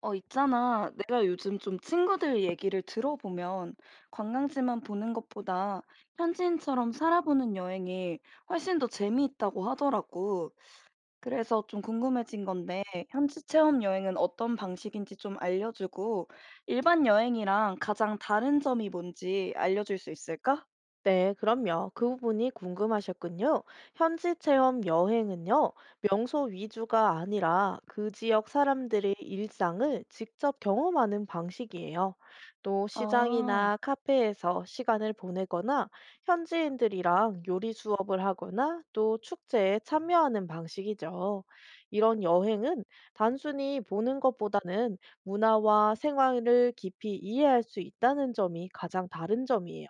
있잖아. 내가 요즘 좀 친구들 얘기를 들어보면 관광지만 보는 것보다 현지인처럼 살아보는 여행이 훨씬 더 재미있다고 하더라고. 그래서 좀 궁금해진 건데, 현지 체험 여행은 어떤 방식인지 좀 알려주고, 일반 여행이랑 가장 다른 점이 뭔지 알려줄 수 있을까? 네, 그럼요. 그 부분이 궁금하셨군요. 현지 체험 여행은요, 명소 위주가 아니라 그 지역 사람들의 일상을 직접 경험하는 방식이에요. 또 아, 시장이나 카페에서 시간을 보내거나 현지인들이랑 요리 수업을 하거나 또 축제에 참여하는 방식이죠. 이런 여행은 단순히 보는 것보다는 문화와 생활을 깊이 이해할 수 있다는 점이 가장 다른 점이에요.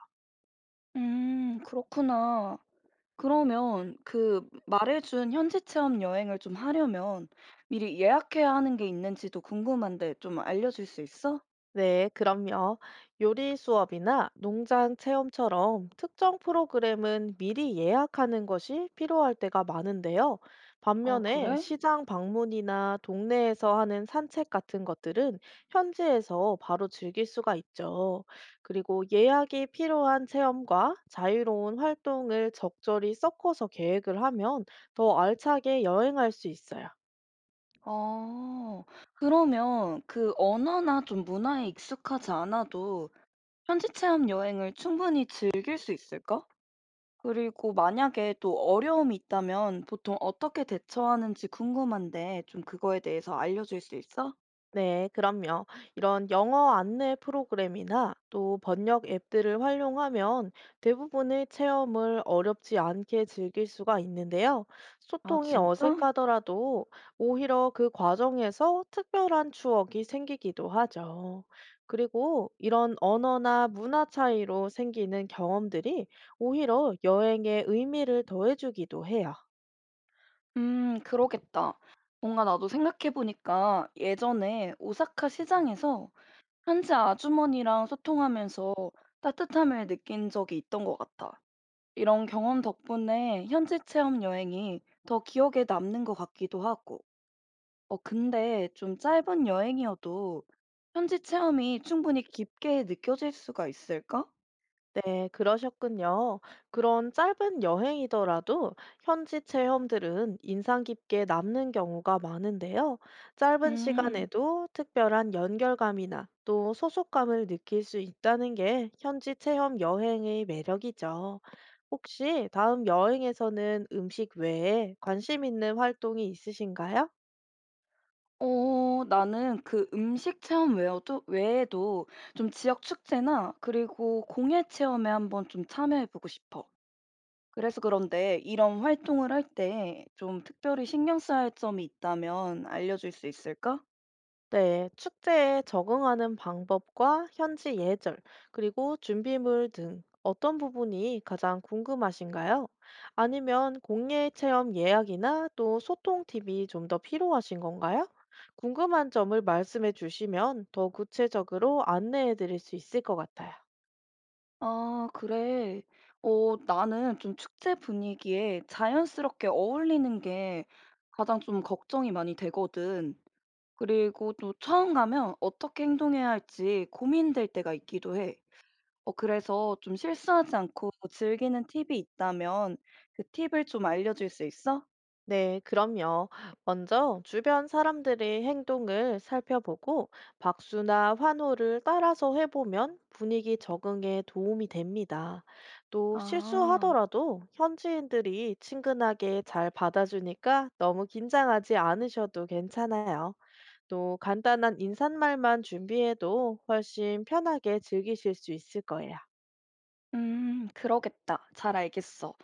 그렇구나. 그러면 그 말해 준 현지 체험 여행을 좀 하려면 미리 예약해야 하는 게 있는지도 궁금한데 좀 알려줄 수 있어? 네, 그럼요. 요리 수업이나 농장 체험처럼 특정 프로그램은 미리 예약하는 것이 필요할 때가 많은데요. 아, 반면에 그래? 시장 방문이나 동네에서 하는 산책 같은 것들은 현지에서 바로 즐길 수가 있죠. 그리고 예약이 필요한 체험과 자유로운 활동을 적절히 섞어서 계획을 하면 더 알차게 여행할 수 있어요. 아, 그러면 그 언어나 좀 문화에 익숙하지 않아도 현지 체험 여행을 충분히 즐길 수 있을까? 그리고 만약에 또 어려움이 있다면 보통 어떻게 대처하는지 궁금한데 좀 그거에 대해서 알려줄 수 있어? 네, 그럼요. 이런 영어 안내 프로그램이나 또 번역 앱들을 활용하면 대부분의 체험을 어렵지 않게 즐길 수가 있는데요. 아, 소통이 진짜? 어색하더라도 오히려 그 과정에서 특별한 추억이 생기기도 하죠. 그리고 이런 언어나 문화 차이로 생기는 경험들이 오히려 여행의 의미를 더해주기도 해요. 그러겠다. 뭔가 나도 생각해보니까 예전에 오사카 시장에서 현지 아주머니랑 소통하면서 따뜻함을 느낀 적이 있던 것 같아. 이런 경험 덕분에 현지 체험 여행이 더 기억에 남는 것 같기도 하고. 근데 좀 짧은 여행이어도 현지 체험이 충분히 깊게 느껴질 수가 있을까? 네, 그러셨군요. 그런 짧은 여행이더라도 현지 체험들은 인상 깊게 남는 경우가 많은데요. 짧은 음. 시간에도 특별한 연결감이나 또 소속감을 느낄 수 있다는 게 현지 체험 여행의 매력이죠. 혹시 다음 여행에서는 음식 외에 관심 있는 활동이 있으신가요? 어 나는 그 음식 체험 외에도 좀 지역 축제나 그리고 공예 체험에 한번 좀 참여해 보고 싶어. 그래서 그런데 이런 활동을 할 때 좀 특별히 신경 써야 할 점이 있다면 알려줄 수 있을까? 네, 축제에 적응하는 방법과 현지 예절, 그리고 준비물 등 어떤 부분이 가장 궁금하신가요? 아니면 공예 체험 예약이나 또 소통 팁이 좀 더 필요하신 건가요? 궁금한 점을 말씀해 주시면 더 구체적으로 안내해 드릴 수 있을 것 같아요. 아, 그래. 나는 좀 축제 분위기에 자연스럽게 어울리는 게 가장 좀 걱정이 많이 되거든. 그리고 또 처음 가면 어떻게 행동해야 할지 고민될 때가 있기도 해. 어 그래서 좀 실수하지 않고 즐기는 팁이 있다면 그 팁을 좀 알려줄 수 있어? 네, 그럼요. 먼저 주변 사람들의 행동을 살펴보고 박수나 환호를 따라서 해보면 분위기 적응에 도움이 됩니다. 또 아, 실수하더라도 현지인들이 친근하게 잘 받아주니까 너무 긴장하지 않으셔도 괜찮아요. 또 간단한 인사말만 준비해도 훨씬 편하게 즐기실 수 있을 거예요. 그러겠다. 잘 알겠어.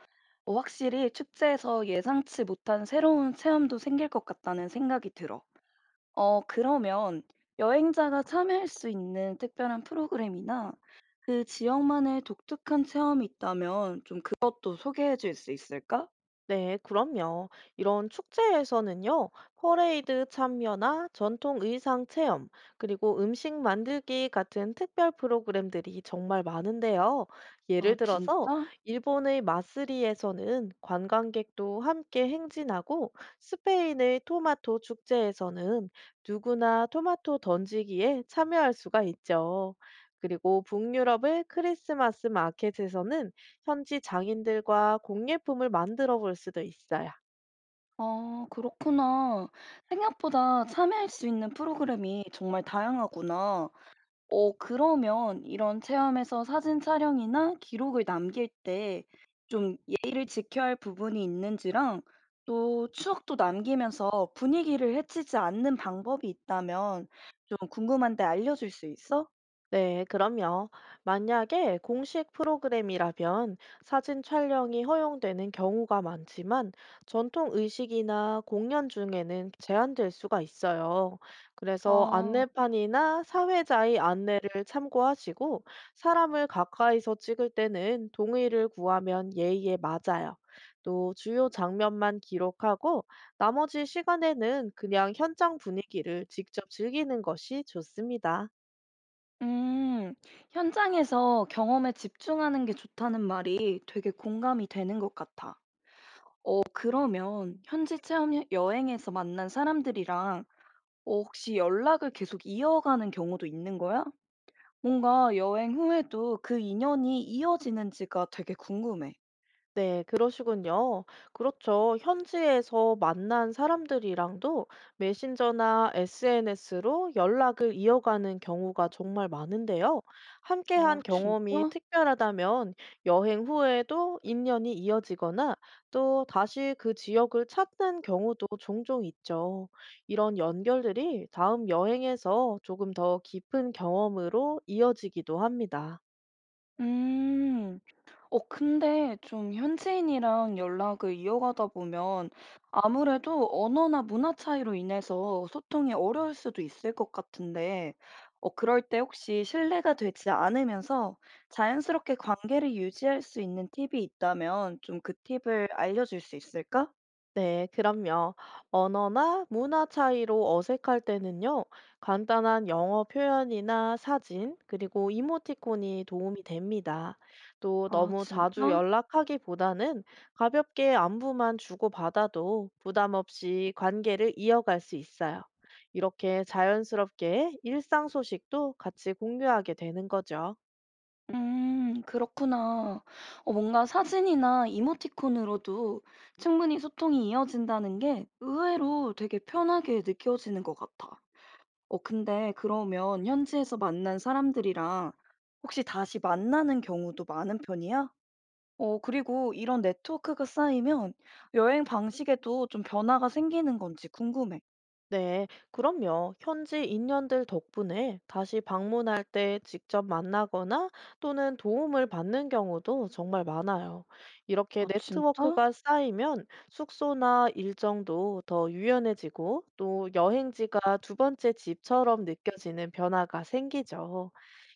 확실히 축제에서 예상치 못한 새로운 체험도 생길 것 같다는 생각이 들어. 그러면 여행자가 참여할 수 있는 특별한 프로그램이나 그 지역만의 독특한 체험이 있다면 좀 그것도 소개해 줄 수 있을까? 네, 그럼요. 이런 축제에서는요, 퍼레이드 참여나 전통 의상 체험, 그리고 음식 만들기 같은 특별 프로그램들이 정말 많은데요. 아, 예를 들어서, 진짜? 일본의 마쓰리에서는 관광객도 함께 행진하고, 스페인의 토마토 축제에서는 누구나 토마토 던지기에 참여할 수가 있죠. 그리고 북유럽의 크리스마스 마켓에서는 현지 장인들과 공예품을 만들어 볼 수도 있어요. 아 그렇구나. 생각보다 참여할 수 있는 프로그램이 정말 다양하구나. 어 그러면 이런 체험에서 사진 촬영이나 기록을 남길 때 좀 예의를 지켜야 할 부분이 있는지랑 또 추억도 남기면서 분위기를 해치지 않는 방법이 있다면 좀 궁금한데 알려줄 수 있어? 네, 그럼요. 만약에 공식 프로그램이라면 사진 촬영이 허용되는 경우가 많지만 전통 의식이나 공연 중에는 제한될 수가 있어요. 그래서 아. 안내판이나 사회자의 안내를 참고하시고 사람을 가까이서 찍을 때는 동의를 구하면 예의에 맞아요. 또 주요 장면만 기록하고 나머지 시간에는 그냥 현장 분위기를 직접 즐기는 것이 좋습니다. 음. 현장에서 경험에 집중하는 게 좋다는 말이 되게 공감이 되는 것 같아. 그러면 현지 체험 여행에서 만난 사람들이랑 혹시 연락을 계속 이어가는 경우도 있는 거야? 뭔가 여행 후에도 그 인연이 이어지는지가 되게 궁금해. 네, 그러시군요. 그렇죠. 현지에서 만난 사람들이랑도 메신저나 SNS로 연락을 이어가는 경우가 정말 많은데요. 아, 함께한 경험이 진짜? 특별하다면 여행 후에도 인연이 이어지거나 또 다시 그 지역을 찾는 경우도 종종 있죠. 이런 연결들이 다음 여행에서 조금 더 깊은 경험으로 이어지기도 합니다. 음. 어 근데 좀 현지인이랑 연락을 이어가다 보면 아무래도 언어나 문화 차이로 인해서 소통이 어려울 수도 있을 것 같은데, 어 그럴 때 혹시 신뢰가 되지 않으면서 자연스럽게 관계를 유지할 수 있는 팁이 있다면 좀 그 팁을 알려줄 수 있을까? 네, 그럼요. 언어나 문화 차이로 어색할 때는요, 간단한 영어 표현이나 사진, 그리고 이모티콘이 도움이 됩니다. 또 아 너무 자주 진짜? 연락하기보다는 가볍게 안부만 주고받아도 부담 없이 관계를 이어갈 수 있어요. 이렇게 자연스럽게 일상 소식도 같이 공유하게 되는 거죠. 그렇구나. 뭔가 사진이나 이모티콘으로도 충분히 소통이 이어진다는 게 의외로 되게 편하게 느껴지는 것 같아. 근데 그러면 현지에서 만난 사람들이랑 혹시 다시 만나는 경우도 많은 편이야? 그리고 이런 네트워크가 쌓이면 여행 방식에도 좀 변화가 생기는 건지 궁금해. 네, 그럼요. 현지 인연들 덕분에 다시 방문할 때 직접 만나거나 또는 도움을 받는 경우도 정말 많아요. 이렇게 아, 진짜? 네트워크가 쌓이면 숙소나 일정도 더 유연해지고 또 여행지가 두 번째 집처럼 느껴지는 변화가 생기죠.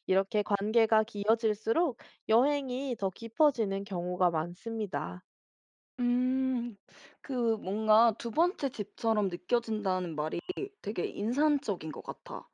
이렇게 관계가 깊어질수록 여행이 더 깊어지는 경우가 많습니다. 음. 그 뭔가 두 번째 집처럼 느껴진다는 말이 되게 인상적인 것 같아.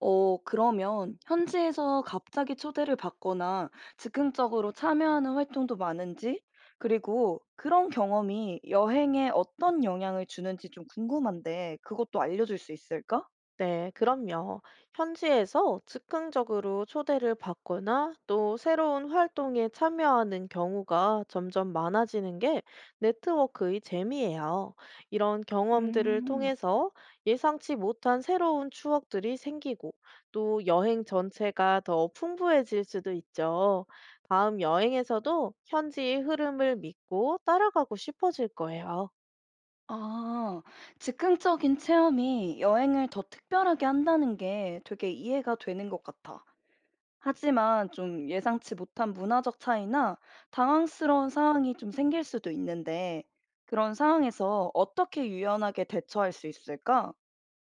어 그러면 현지에서 갑자기 초대를 받거나 즉흥적으로 참여하는 활동도 많은지 그리고 그런 경험이 여행에 어떤 영향을 주는지 좀 궁금한데 그것도 알려줄 수 있을까? 네, 그럼요. 현지에서 즉흥적으로 초대를 받거나 또 새로운 활동에 참여하는 경우가 점점 많아지는 게 네트워크의 재미예요. 이런 경험들을 음. 통해서 예상치 못한 새로운 추억들이 생기고 또 여행 전체가 더 풍부해질 수도 있죠. 다음 여행에서도 현지의 흐름을 믿고 따라가고 싶어질 거예요. 아. 즉흥적인 체험이 여행을 더 특별하게 한다는 게 되게 이해가 되는 것 같아. 하지만 좀 예상치 못한 문화적 차이나 당황스러운 상황이 좀 생길 수도 있는데 그런 상황에서 어떻게 유연하게 대처할 수 있을까?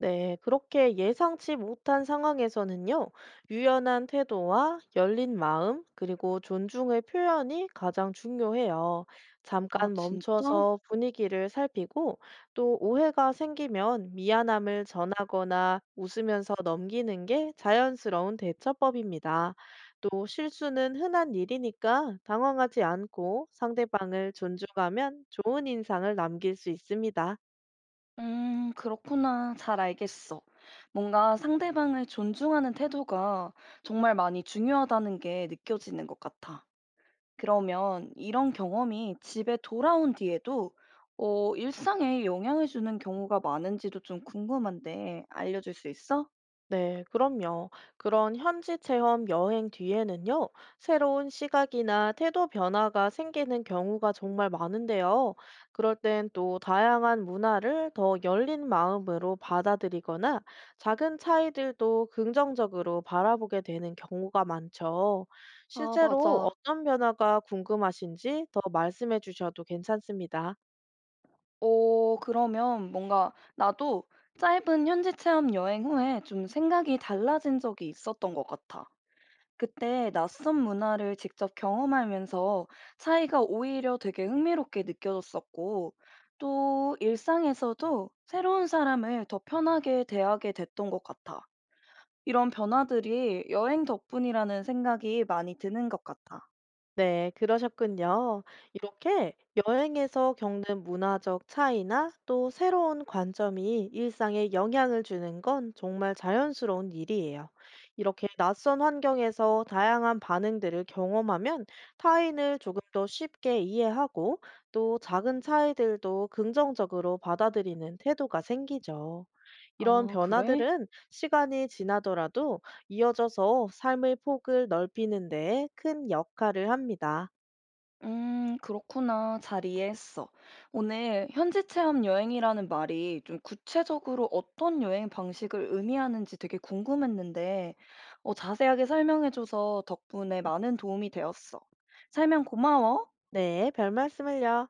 네, 그렇게 예상치 못한 상황에서는요, 유연한 태도와 열린 마음, 그리고 존중의 표현이 가장 중요해요. 아, 잠깐 진짜? 멈춰서 분위기를 살피고, 또 오해가 생기면 미안함을 전하거나 웃으면서 넘기는 게 자연스러운 대처법입니다. 또 실수는 흔한 일이니까 당황하지 않고 상대방을 존중하면 좋은 인상을 남길 수 있습니다. 그렇구나. 잘 알겠어. 뭔가 상대방을 존중하는 태도가 정말 많이 중요하다는 게 느껴지는 것 같아. 그러면 이런 경험이 집에 돌아온 뒤에도 일상에 영향을 주는 경우가 많은지도 좀 궁금한데 알려줄 수 있어? 네, 그럼요. 그런 현지 체험 여행 뒤에는요, 새로운 시각이나 태도 변화가 생기는 경우가 정말 많은데요. 그럴 땐 또 다양한 문화를 더 열린 마음으로 받아들이거나 작은 차이들도 긍정적으로 바라보게 되는 경우가 많죠. 아 실제로 맞아. 어떤 변화가 궁금하신지 더 말씀해 주셔도 괜찮습니다. 어 그러면 뭔가 나도 짧은 현지 체험 여행 후에 좀 생각이 달라진 적이 있었던 것 같아. 그때 낯선 문화를 직접 경험하면서 차이가 오히려 되게 흥미롭게 느껴졌었고, 또 일상에서도 새로운 사람을 더 편하게 대하게 됐던 것 같아. 이런 변화들이 여행 덕분이라는 생각이 많이 드는 것 같아. 네, 그러셨군요. 이렇게 여행에서 겪는 문화적 차이나 또 새로운 관점이 일상에 영향을 주는 건 정말 자연스러운 일이에요. 이렇게 낯선 환경에서 다양한 반응들을 경험하면 타인을 조금 더 쉽게 이해하고 또 작은 차이들도 긍정적으로 받아들이는 태도가 생기죠. 이런 아, 그래? 변화들은 시간이 지나더라도 이어져서 삶의 폭을 넓히는 데 큰 역할을 합니다. 그렇구나. 잘 이해했어. 오늘 현지 체험 여행이라는 말이 좀 구체적으로 어떤 여행 방식을 의미하는지 되게 궁금했는데, 자세하게 설명해줘서 덕분에 많은 도움이 되었어. 설명 고마워. 네, 별 말씀을요.